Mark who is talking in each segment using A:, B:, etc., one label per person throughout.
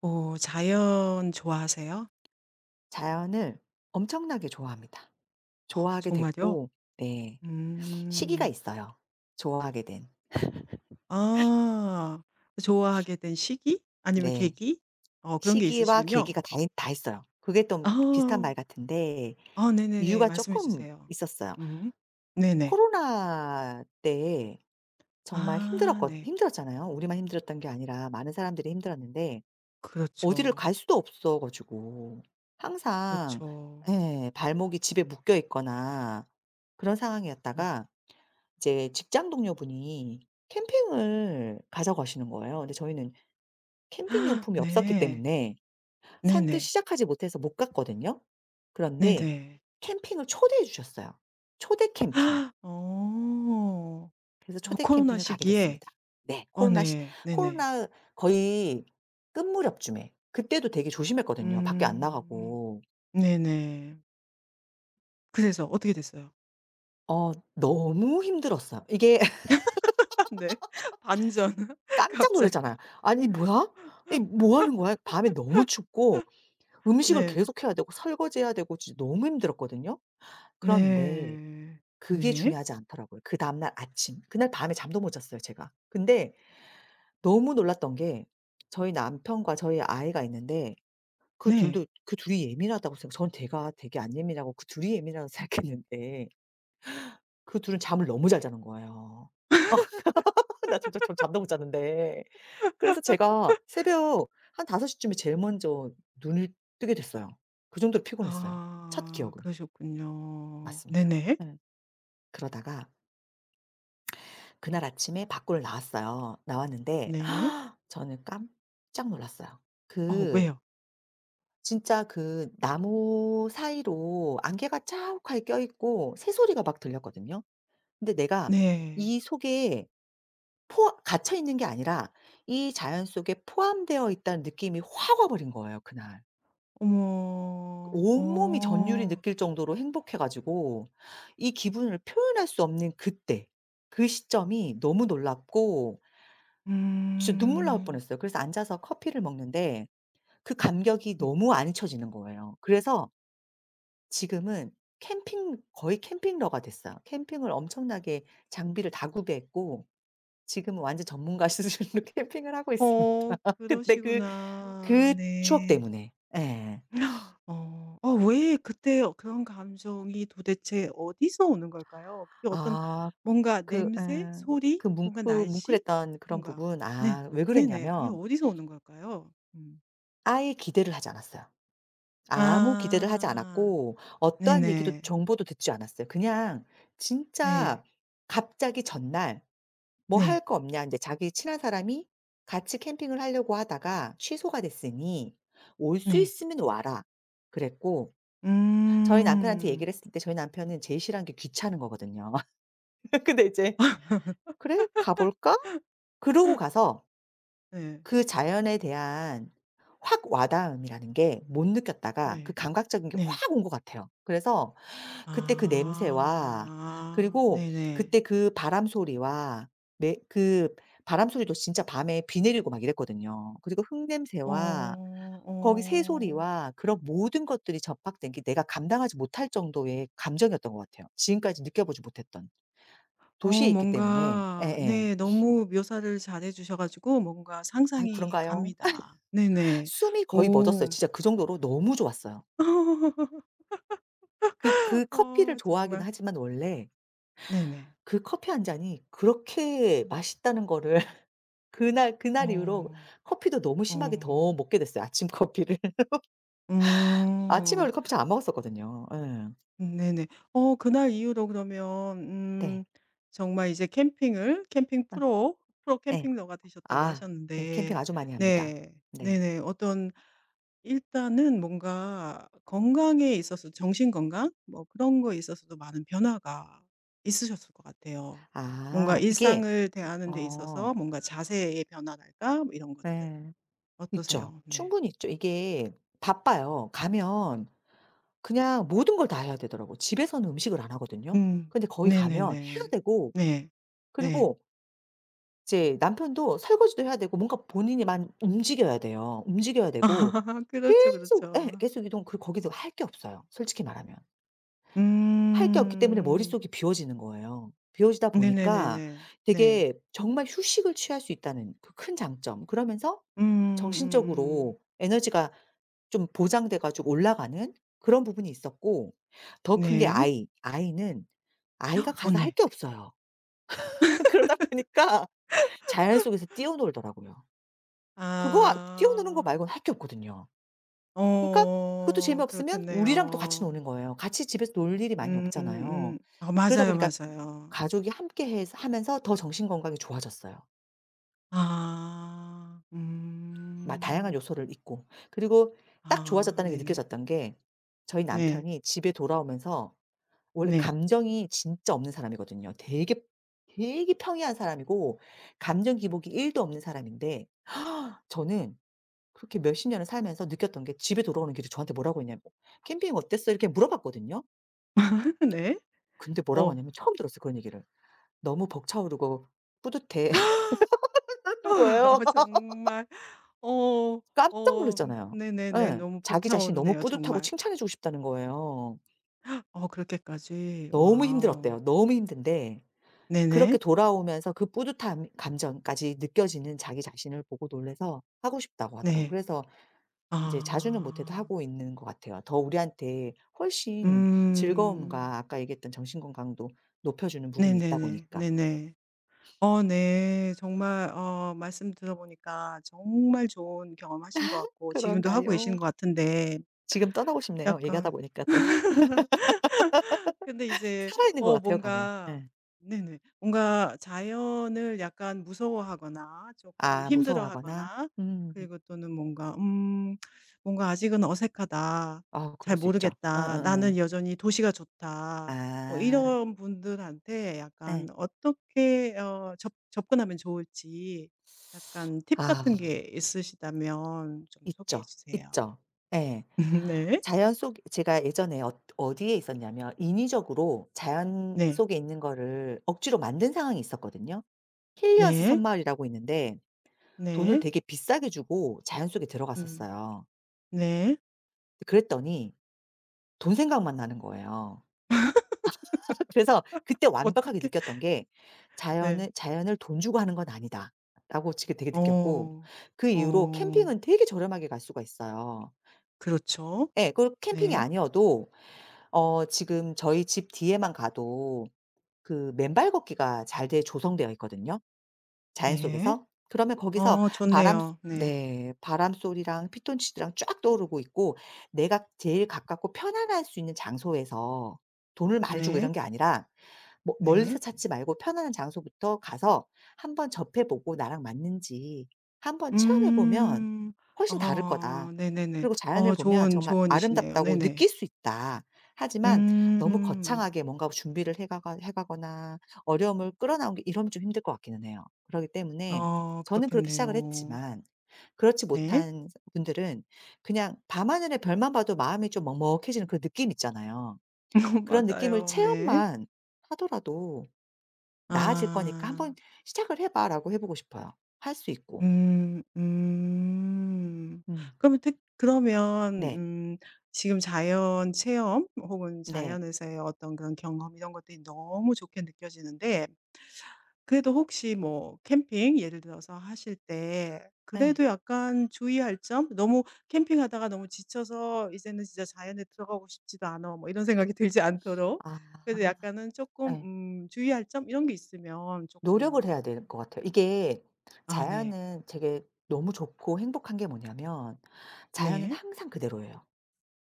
A: 어, 자연 좋아하세요?
B: 자연을 엄청나게 좋아합니다.
A: 어,
B: 좋아하게
A: 정말요?
B: 됐고. 네. 시기가
A: 음.
B: 있어요. 좋아하게 된.
A: 아. 좋아하게 된 시기? 아니면
B: 네.
A: 계기? 어, 그런 게
B: 시기와
A: 있으시군요.
B: 계기가 다 있어요. 그게 좀 비슷한 말
A: 아.
B: 같은데
A: 아, 네네네.
B: 이유가
A: 말씀해
B: 조금
A: 주세요.
B: 있었어요.
A: 음. 네네.
B: 코로나 때 정말
A: 아
B: 힘들었거
A: 네.
B: 힘들었잖아요. 우리만 힘들었던 게 아니라 많은 사람들이 힘들었는데 어디를 갈
A: 그렇죠.
B: 수도 없어 가지고 항상
A: 그렇죠.
B: 예 발목이 집에 묶여 있거나 그런
A: 음.
B: 상황이었다가 이제 직장 동료분이 캠핑을 가자고 하시는 거예요. 근데 저희는 캠핑 용품이 없었기
A: 네.
B: 때문에 선뜻
A: 네네.
B: 시작하지 못해서 못 갔거든요. 그런데
A: 네네.
B: 캠핑을 초대해 주셨어요. 초대 캠핑.
A: 어.
B: 그래서
A: 어,
B: 초대
A: 코로나
B: 캠핑을 가게
A: 시기에.
B: 됐습니다. 네.
A: 어 네. 네네.
B: 코로나 거의 끝 무렵쯤에 그때도 되게 조심했거든요, 밖에 안
A: 음.
B: 나가고.
A: 네네. 그래서 어떻게 됐어요?
B: 어 너무 힘들었어요. 이게
A: 네. 반전.
B: 깜짝 놀랐잖아요.
A: 갑자기.
B: '아니 뭐야? 이 뭐 하는 거야?' 밤에 너무 춥고 음식을
A: 네.
B: 계속 해야 되고 설거지해야 되고 진짜 너무 힘들었거든요. 그런데
A: 네.
B: 그게
A: 네.
B: 중요하지 않더라고요. 그 다음날 아침. 그날 밤에 잠도 못 잤어요, 제가. 근데 너무 놀랐던 게 저희 남편과 저희 아이가 있는데 그
A: 네.
B: 둘도 그 둘이 예민하다고 생각 저는 제가 되게 안 예민하고 그 둘이 예민하다고 생각했는데 그 둘은 잠을 너무 잘 자는 거예요. 나 진짜 저 잠도 못 잤는데. 그래서 제가 새벽 한 5 시쯤에 제일 먼저 눈을 뜨게 됐어요. 그 정도로 피곤했어요, 첫
A: 아,
B: 기억은.
A: 그러셨군요.
B: 맞습니다.
A: 네네.
B: 예. 그러다가 그날 아침에 밖으로 나왔어요. 나왔는데
A: 네.
B: 저는 깜짝 놀랐어요.
A: 어,
B: 그
A: 왜요?
B: 진짜 그 나무 사이로 안개가 자욱하게 껴있고 새소리가 막 들렸거든요. 근데 내가
A: 네.
B: 이 속에 포 갇혀 있는 게 아니라 이 자연 속에 포함되어 있다는 느낌이 확 와 버린 거예요 그날.
A: 어머.
B: 온몸이 전율이
A: 어.
B: 느낄 정도로 행복해 가지고 이 기분을 표현할 수 없는 그때 그 시점이 너무 놀랍고 진짜 눈물 나올
A: 음.
B: 뻔했어요. 그래서 앉아서 커피를 먹는데 그 감격이
A: 음.
B: 너무 안 잊혀지는 거예요. 그래서 지금은 캠핑러가 됐어요. 캠핑을 엄청나게 장비를 다 구비했고 지금은 완전 전문가 수준으로 캠핑을 하고 있습니다.
A: 어,
B: 그때
A: 그러시구나.
B: 그 추억
A: 네.
B: 때문에. 예.
A: 어. 어, 왜 그때 그런 감정이 도대체 어디서 오는 걸까요? 그게 어떤
B: 아
A: 뭔가
B: 그
A: 냄새, 소리,
B: 그
A: 뭔가 날씨,
B: 뭉클했던 그런
A: 뭔가.
B: 부분
A: 네.
B: 아 왜
A: 네네. 그게
B: 그랬냐면
A: 어디서 오는 걸까요? 음.
B: 아예 기대를 하지 않았어요. 아무 기대를 하지
A: 아.
B: 않았고 어떠한 얘기도
A: 네네.
B: 정보도 듣지 않았어요. 그냥
A: 네.
B: 진짜 갑자기 전날 "뭐 할
A: 네.
B: 거 없냐?" 이제 자기 친한 사람이 같이 캠핑을 하려고 하다가 취소가 됐으니 "올 수
A: 네.
B: 있으면 와라." 그랬고 저희 남편한테
A: 음.
B: 얘기를 했을 때 저희 남편은 제일 싫어하는 게 귀찮은 거거든요. 근데 이제 "그래? 가 볼까?" 그러고 가서
A: 네.
B: 그 자연에 대한 확 와닿음이라는 게 못 느꼈다가 그
A: 네.
B: 감각적인 게
A: 네.
B: 확 온 것 같아요. 그래서
A: 아.
B: 그때 그 냄새와
A: 아.
B: 그리고
A: 네네.
B: 그때 그 바람 소리와 매 그 바람 소리도 진짜 밤에 비 내리고 막 이랬거든요. 그리고
A: 어.
B: 흙냄새와 거기
A: 어.
B: 새소리와 그런 모든 것들이 접합된 게 내가 감당하지 못할 정도의 감정이었던 것 같아요. 지금까지 느껴보지 못했던. 도시에
A: 어,
B: 있기 때문에
A: 뭔가,
B: 예예.
A: 네, 너무 묘사를 잘해 주셔 가지고 뭔가
B: 아이
A: 상상이
B: 그런가요?
A: 갑니다. 네네.
B: 숨이 거의 멎었어요.
A: 오.
B: 진짜 그 정도로 너무 좋았어요. 커피를
A: 어,
B: 좋아하긴
A: 정말.
B: 하지만 원래
A: 네네.
B: 그 커피 한 잔이 그렇게 맛있다는 거를 그날 이후로
A: 어.
B: 커피도 너무 심하게 더
A: 어.
B: 먹게 됐어요, 아침 커피를. 아침에
A: 음.
B: 원래 커피 잘 안 먹었었거든요. 예.
A: 네네. 어, 그날 이후로 그러면,
B: 네.
A: 음, 정말 이제
B: 아
A: 프로
B: 네.
A: 캠핑러가 되셨다고
B: 아 네. 캠핑
A: 하셨는데.
B: 아주 많이 합니다.
A: 네.
B: 네.
A: 네네. 어떤, 일단은 뭔가 건강에 있어서 정신 건강 뭐 그런 거에 있어서도 많은 변화가 있으셨을 것 같아요. 뭔가
B: 아 이게
A: 일상을 대하는 데
B: 어
A: 있어서 뭔가 자세의 변화랄까? 뭐 이런 것들.
B: 네. 있죠.
A: 어떠세요? 네.
B: 충분히 있죠. 이게 바빠요. 가면 그냥 모든 걸 다 해야 되더라고 집에서는 음식을 안 하거든요.
A: 음.
B: 근데 거기 가면 해야
A: 네네네.
B: 되고
A: 네. 네.
B: 그리고 이제 남편도 설거지도 해야 되고 뭔가 본인이 많이 움직여야 돼요. 움직여야 되고
A: 아. 그렇죠,
B: 계속 예
A: 그렇죠.
B: 계속 이동 그리고 거기서 할 게 없어요, 솔직히 말하면. 할 게 없기 때문에
A: 음.
B: 머릿속이 비워지는 거예요. 비워지다 보니까
A: 네네네네. 네.
B: 되게 정말 휴식을 취할 수 있다는 그 큰 장점. 그러면서
A: 음음음.
B: 정신적으로 에너지가 좀 보장돼 가지고 올라가는 그런 부분이 있었고 더 큰 게
A: 네.
B: 아이. 아이는 아이가
A: 어
B: 가서 할
A: 네.
B: 게 없어요. 그러다 보니까 자연 속에서 뛰어놀더라고요. 그거 뛰어노는 거
A: 아.
B: 말고는 할 게 없거든요. 그러니까 그것도
A: 어,
B: 재미없으면 우리랑 또 같이
A: 그렇겠네요.
B: 노는 거예요. 같이 집에서 놀 일이 많이 없잖아요.
A: 아,
B: 그러다
A: 맞아요,
B: 보니까
A: 맞아요.
B: 가족이 함께 해서 하면서 더 정신 건강이 좋아졌어요.
A: 아.
B: 막 다양한
A: 음.
B: 요소를 잊고. 그리고 딱
A: 아
B: 좋아졌다는 게
A: 네네.
B: 느껴졌던 게 저희
A: 네.
B: 남편이 집에 돌아오면서 원래
A: 네.
B: 감정이 진짜 없는 사람이거든요. 되게 평이한 사람이고 감정 기복이 1도 없는 사람인데 저는 그렇게 몇십 년을 살면서 느꼈던 게 집에 돌아오는 길에 저한테 뭐라고 했냐면 "캠핑 어땠어?" 이렇게 물어봤거든요.
A: 네.
B: 근데 뭐라고
A: 어.
B: 하냐면 처음 들었어요 그런 얘기를. "너무 벅차오르고 뿌듯해." 이러는 거예요.
A: 정말. 어.
B: 깜짝
A: 어,
B: 놀랐잖아요.
A: 네네네.
B: 예.
A: 너무
B: 자기 자신이 너무
A: 벅차오르네요,
B: 뿌듯하고
A: 정말.
B: 칭찬해 주고 싶다는 거예요.
A: 어, 그렇게까지.
B: 너무 힘들었대요.
A: 와우.
B: 너무 힘든데 그렇게
A: 네네.
B: 돌아오면서 그 뿌듯함 감정까지 느껴지는 자기 자신을 보고 놀라서 하고 싶다고 하더라고요.
A: 네.
B: 그래서 이제 자주는 못해도
A: 아.
B: 하고 있는 것 같아요. 더 우리한테 훨씬
A: 음.
B: 즐거움과 아까 얘기했던 정신 건강도 높여주는 부분이 있다
A: 네네네.
B: 보니까.
A: 네네. 어 네. 정말, 어, 말씀 들어보니까 정말 좋은 경험하신 것 같고 지금도 하고 계신
B: 그런가요?
A: 것 같은데
B: 지금 떠나고 싶네요. 얘기하다
A: 약간,
B: 보니까 또
A: 근데 이제
B: 살아있는 것
A: 어
B: 같아요, 가면.
A: 뭔가
B: 예.
A: 네네. 뭔가 자연을 약간 무서워하거나 조금
B: 아 무서워하거나.
A: 힘들어하거나
B: 음.
A: 그리고 또는 뭔가, 음, 뭔가 '아직은 어색하다.
B: 아 그럴
A: 잘
B: 수 있죠.
A: 모르겠다. 나는
B: 응응응.
A: 여전히 도시가 좋다.' 뭐
B: 아
A: 이런 분들한테
B: 예.
A: 약간 어떻게 어 접 접근하면 좋을지 약간 팁
B: 아
A: 같은 게 있으시다면 좀 소개해
B: 있죠,
A: 주세요.
B: 있죠. 예.
A: 네.
B: 자연 속 제가 예전에 어 어디에 있었냐면 인위적으로 자연
A: 네.
B: 속에 있는 거를 억지로 만든 상황이 있었거든요. 킬리언스
A: 네.
B: 섬마을이라고 있는데 돈을
A: 네.
B: 되게 비싸게 주고 자연 속에
A: 음.
B: 들어갔었어요.
A: 네.
B: 그랬더니 돈 생각만 나는 거예요. 그래서 그때 완벽하게
A: 어떡해.
B: 느꼈던 게
A: 네.
B: 자연을 돈 주고 하는 건 아니다.'라고 지금 되게 느꼈고
A: 어.
B: 그 이후로
A: 어.
B: 캠핑은 되게 저렴하게 갈 수가 있어요.
A: 그렇죠.
B: 예. 그 캠핑이
A: 네.
B: 아니어도 어 지금 저희 집 뒤에만 가도 그 맨발 걷기가 잘돼 조성되어 있거든요. 자연
A: 네.
B: 속에서? 그러면 거기서
A: 어, 좋네요. 네.
B: 네. 바람 소리랑 피톤치드랑 쫙 떠오르고 있고 내가 제일 가깝고 편안할 수 있는 장소에서 돈을 많이 주고
A: 네.
B: 이런 게 아니라 뭐 멀리서
A: 네.
B: 찾지 말고 편안한 장소부터 가서 한번 접해 보고 나랑 맞는지 한번 체험해 보면
A: 음.
B: 훨씬 다를 거다.
A: 어, 네네네.
B: 그리고 자연을
A: 어,
B: 보면
A: 좋은
B: 정말
A: 조언이시네요.
B: 아름답다고
A: 네네.
B: 느낄 수 있다. 하지만 너무
A: 음.
B: 거창하게 뭔가 준비를 해 가거나 어려움을 끌어나온 게 이러면 좀 힘들 것 같기는 해요. 그러기 때문에
A: 어,
B: 저는 그렇게 시작을
A: 그렇겠네요.
B: 했지만 그렇지
A: 네.
B: 못한 분들은 그냥 밤하늘의 별만 봐도 마음이 좀 먹먹해지는 그런 느낌 있잖아요. 그런 느낌을
A: 맞아요. 네.
B: 체험만 하더라도 나아질 거니까 "한번
A: 아.
B: 시작을 해 봐."라고 해 보고 싶어요. 할 수 있고.
A: 음. 음.
B: 음.
A: 그러면 특 그러면,
B: 네.
A: 음, 지금 자연 체험 혹은
B: 네.
A: 자연에서의 어떤 그런 경험 이런 것들이 너무 좋게 느껴지는데 그래도 혹시 뭐 캠핑 예를 들어서 하실 때
B: 네.
A: 그래도 약간 주의할 점? 너무 캠핑하다가 너무 지쳐서 '이제는 진짜 자연에 들어가고 싶지도 않아.' 뭐 이런 생각이 들지 않도록 그래도
B: 아.
A: 약간은 조금,
B: 네.
A: 음, 주의할 점 이런 게 있으면 조금.
B: 노력을 해야 될 것 같아요. 이게
A: 아 네.
B: 자연은 되게 너무 좋고 행복한 게 뭐냐면 자연은
A: 네.
B: 항상 그대로예요.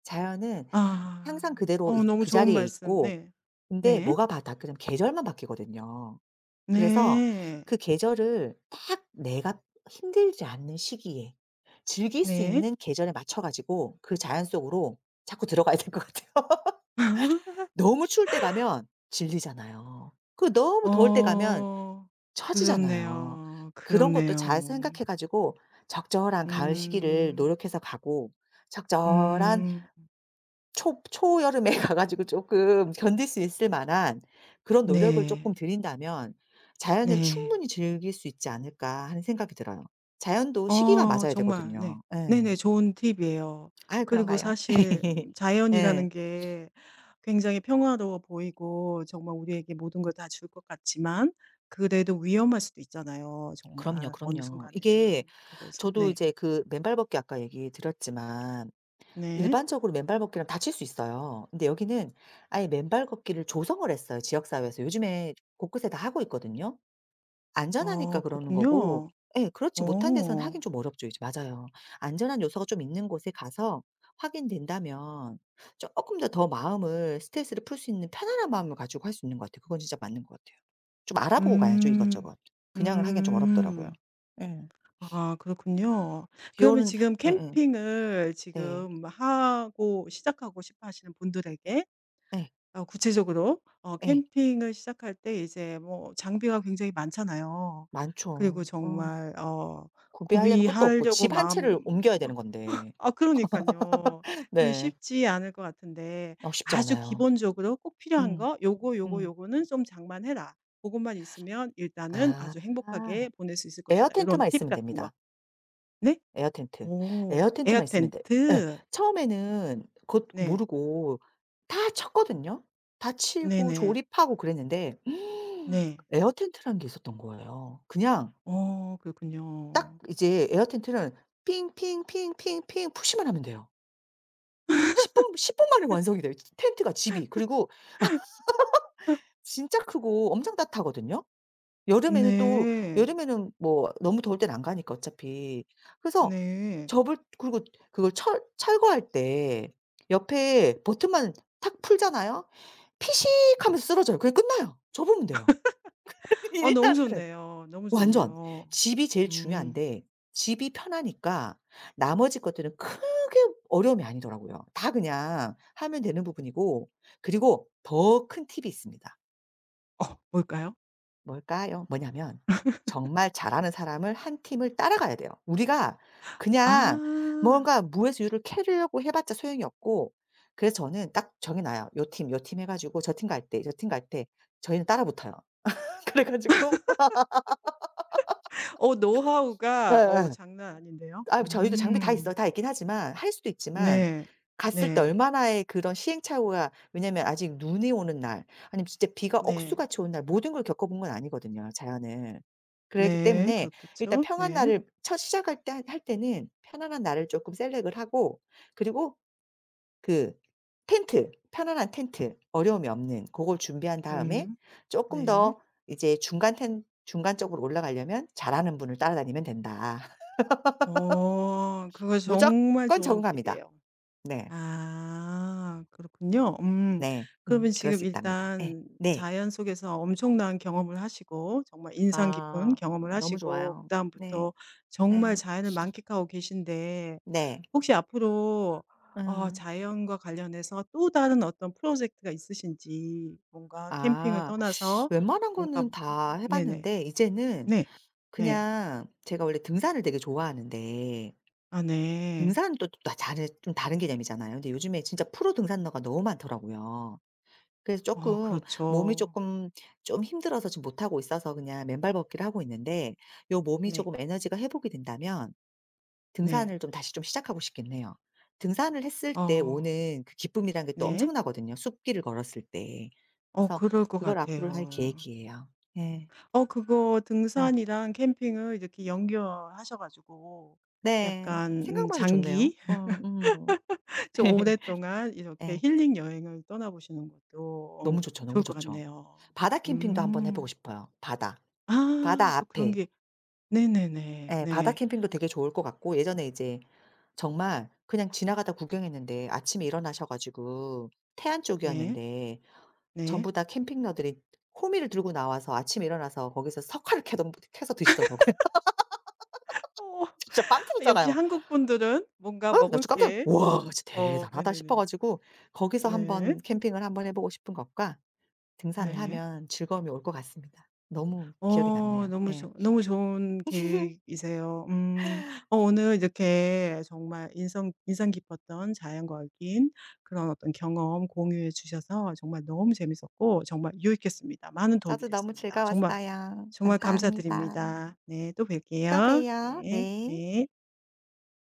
B: 자연은 항상
A: 아. 어, 너무
B: 그
A: 좋은
B: 자리에
A: 말씀.
B: 있고
A: 네.
B: 근데
A: 네.
B: 뭐가 바바 그냥 면 계절만 바뀌거든요. 그래서
A: 네.
B: 그 계절을 딱 내가 힘들지 않는 시기에 즐길 수
A: 네.
B: 있는 계절에 맞춰 가지고 그 자연 속으로 자꾸 들어가야 될 것 같아요. 너무 추울 때 가면 질리잖아요. 그 너무 더울 때 가면
A: 어.
B: 처지잖아요.
A: 그렇네요.
B: 그런 것도 잘
A: 그렇네요.
B: 생각해 가지고 적절한 가을 시기를
A: 음.
B: 노력해서 가고 적절한
A: 음.
B: 초 초여름에 가 가지고 쪼끔 견딜 수 있을 만한 그런 노력을 쪼끔
A: 네.
B: 들인다면 '자연을
A: 네.
B: 충분히 즐길 수 있지 않을까.' 하는 생각이 들어요. 자연도 시기가
A: 어,
B: 맞아야
A: 정말 네.
B: 되거든요. 예.
A: 네네. 좋은 팁이에요.
B: 아유
A: 그리고
B: 그런가요?
A: 사실
B: 예.
A: 자연이라는 게 굉장히 평화로워 보이고 정말 우리에게 모든 걸 다 줄 것 같지만 그래도 위험할 수도 있잖아요,
B: 그럼요,
A: 정말 어느
B: 그럼요. 이게
A: 순간에는. 그래서
B: 저도
A: 네.
B: 이제 그 맨발 걷기 아까 얘기 드렸지만
A: 네.
B: 일반적으로 맨발 걷기는 다칠 수 있어요. 근데 여기는 아예 맨발 걷기를 조성을 했어요 지역사회에서. 요즘에 곳곳에 다 하고 있거든요. 안전하니까
A: 어,
B: 그러는 거고
A: 그렇군요.
B: 예 그렇지 못한 데서는 하긴
A: 어.
B: 좀 어렵죠 이제. 맞아요. 안전한 요소가 좀 있는 곳에 가서 확인된다면 조금 더 더 마음을 스트레스를 풀 수 있는 편안한 마음을 가지고 할 수 있는 것 같아요. 그건 진짜 맞는 것 같아요. 좀 알아보고 가야죠
A: 음.
B: 이것저것. 그냥을 하기엔 좀 어렵더라고요.
A: 음.
B: 예.
A: 아, 그렇군요.
B: 비
A: 그러면
B: 오는
A: 지금
B: 예예.
A: 캠핑을
B: 네.
A: 지금 하고 시작하고 싶어 하시는 분들에게
B: 예.
A: 어, 구체적으로, 어,
B: 예.
A: 캠핑을 시작할 때 이제 뭐 장비가 굉장히 많잖아요.
B: 많죠.
A: 그리고
B: 음.
A: 정말 어,
B: 구비하려면 끝도 없고
A: 구비하려고
B: 집 한 채를
A: 마음.
B: 옮겨야 되는 건데.
A: 아, 그러니깐요. 그게
B: 네.
A: 쉽지 않을 것 같은데
B: 어 쉽지
A: 아주
B: 않아요.
A: 기본적으로 꼭 필요한
B: 음.
A: 거 요거, 요거,
B: 음.
A: 요거는 좀 장만해라. 그것만 있으면 일단은
B: 아.
A: 아주 행복하게 보낼 수 있을
B: 에어
A: 것이다. 이런
B: 텐트만
A: 팁
B: 있으면
A: 같은 거.
B: 됩니다.
A: 네?
B: 에어 텐트.
A: 오.
B: 에어
A: 에어
B: 텐트만 있으면 돼. 예.
A: 텐트.
B: 처음에는 그것
A: 네.
B: 모르고 다 쳤거든요. 다 치고
A: 네네.
B: 조립하고 그랬는데
A: 네.
B: 에어 텐트라는 게 있었던 거예요. 그냥
A: 어,
B: 딱
A: 그렇군요.
B: 이제 에어 텐트는 핑핑핑핑핑 푸시만 하면 돼요. 10분 만에 완성이 돼요 텐트가 집이. 그리고 진짜 크고 엄청 따뜻하거든요. 여름에는 또
A: 네.
B: 여름에는 뭐 너무 더울 땐 안 가니까 어차피. 그래서
A: 네.
B: 접을 그리고 그걸 철 철거할 때 옆에 버튼만 탁 풀잖아요. 피식하면서 쓰러져요. 그게 끝나요. 접으면 돼요.
A: 어, 너무
B: 일단은
A: 좋네요. 너무
B: 완전
A: 좋네요.
B: 집이 제일
A: 음.
B: 중요한데 집이 편하니까 나머지 것들은 크게 어려움이 아니더라고요. 다 그냥 하면 되는 부분이고 그리고 더 큰 팁이 있습니다.
A: 어, 뭘까요?
B: 뭘까요? 뭐냐면 정말 잘하는 사람을 한 팀을 따라가야 돼요. 우리가
A: 아.
B: 그냥 뭔가 무에서 유를 캐려고 해 봤자 소용이 없고 그래서 저는 딱 정해 놔요. 요 팀, 요 팀 해 가지고 저 팀 갈 때, 저 팀 갈 때 저희는 따라 붙어요. 그래 가지고
A: 어, 노하우가, 어,
B: 예예.
A: 장난 아닌데요.
B: 아 저희도 장비 다 있어
A: 음.
B: 다 있긴 하지만 할 수도 있지만
A: 네.
B: 갔을 때
A: 네.
B: 얼마나의 그런 시행착오가 왜냐면 아직 눈이 오는 날 아니면 진짜 비가
A: 네.
B: 억수같이 오는 날 모든 걸 겪어 본 건 아니거든요, 자연을. 그렇기
A: 네.
B: 때문에 일단
A: 그렇겠죠.
B: 평한
A: 네.
B: 날을 첫 시작할 때 할 때는 편안한 날을 쪼끔 셀렉을 하고 그리고 그 텐트, 편안한 텐트 어려움이 없는 고걸 준비한 다음에
A: 음.
B: 쪼끔
A: 네.
B: 더 이제 중간 쪽으로 올라가려면 잘하는 분을 따라다니면 된다.
A: 어, 그거 정말
B: 무조건
A: 좋은
B: 적응합니다.
A: 팁이에요.
B: 네.
A: 아, 그렇군요. 음.
B: 네.
A: 그러면
B: 그럴 수
A: 지금
B: 있답니다. 예.
A: 일단
B: 네.
A: 자연 속에서 엄청난 경험을 하시고 정말 인상 깊은
B: 아
A: 경험을
B: 너무
A: 하시고
B: 좋아요. 네.
A: 그다음부터 정말
B: 예.
A: 자연을 만끽하고 계신데
B: 네.
A: 혹시 앞으로 어,
B: 음.
A: 자연과 관련해서 또 다른 어떤 프로젝트가 있으신지 뭔가 캠핑을
B: 아
A: 떠나서
B: 웬만한
A: 뭔가
B: 거는 다 해
A: 네네.
B: 봤는데 이제는
A: 네. 네.
B: 그냥 제가 원래 등산을 되게 좋아하는데
A: 아 네.
B: 등산은 또 또 다 다른 좀 다른 개념이잖아요. 근데 요즘에 진짜 프로 등산러가 너무 많더라고요. 그래서
A: 어,
B: 쪼끔 몸이
A: 그렇죠.
B: 쪼끔 좀 힘들어서 지금 못하고 있어서 그냥 맨발 걷기를 하고 있는데 요 몸이
A: 네.
B: 조금 에너지가 회복이 된다면
A: 네.
B: 등산을 좀 시작하고 싶긴 해요. 등산을 했을 때
A: 어
B: 오는 그 기쁨이란 게 또
A: 네.
B: 엄청나거든요, 숲길을 걸었을 때.
A: 어,
B: 그래서
A: 그럴 것
B: 그걸 앞으로 할
A: 같아요.
B: 계획이에요. 예.
A: 어, 그거
B: 예.
A: 등산이랑 캠핑을 이렇게 연결하셔 가지고
B: 네.
A: 약간, 음,
B: 생각만 해도 좋네요.
A: 장기
B: 어 음.
A: 좀 오랫동안 이렇게
B: 예.
A: 힐링 여행을 떠나보시는 것도, 어,
B: 너무 좋죠, 너무
A: 좋을 것
B: 좋죠.
A: 같네요.
B: 바다 캠핑도 한번 해
A: 음.
B: 보고 싶어요, 바다.
A: 아,
B: 바다
A: 또 그런
B: 앞에.
A: 게 네네네.
B: 예. 바다
A: 네.
B: 캠핑도 되게 좋을 것 같고 예전에 이제 정말 그냥 지나가다 구경했는데 아침에 일어나셔 가지고 태안
A: 네.
B: 쪽이었는데
A: 네.
B: 전부 다 캠핑러들이 호미를 들고 나와서 아침에 일어나서 거기서 석화를 캐던 캐서 드시더라고요.
A: 어.
B: 진짜 빵
A: 아, 역시
B: 터졌잖아요.
A: 한국 분들은 뭔가
B: 어 나
A: 먹을
B: 진짜 깜짝
A: 게.
B: "우와 진짜
A: 어
B: 대단하다." 싶어
A: 네네네.
B: 가지고 거기서
A: 네.
B: 한번 캠핑을 한번 해 보고 싶은 것과 등산을
A: 네.
B: 하면 즐거움이 올 것 같습니다. 너무 기억에
A: 어
B: 남네요.
A: 너무
B: 예.
A: 좋 너무 좋은 계획이세요. 음. 어, 오늘 이렇게 정말 인상 깊었던 자연과 얽힌 그런 어떤 경험 공유해 주셔서 정말 너무 재밌었고 정말 유익했습니다. 많은 도움이
B: 저도 너무
A: 됐습니다. 정말,
B: 즐거웠어요.
A: 정말
B: 감사합니다.
A: 감사드립니다. 네. 또
B: 또
A: 뵐게요.
B: 봬요.
A: 네.
B: 네.
A: 네.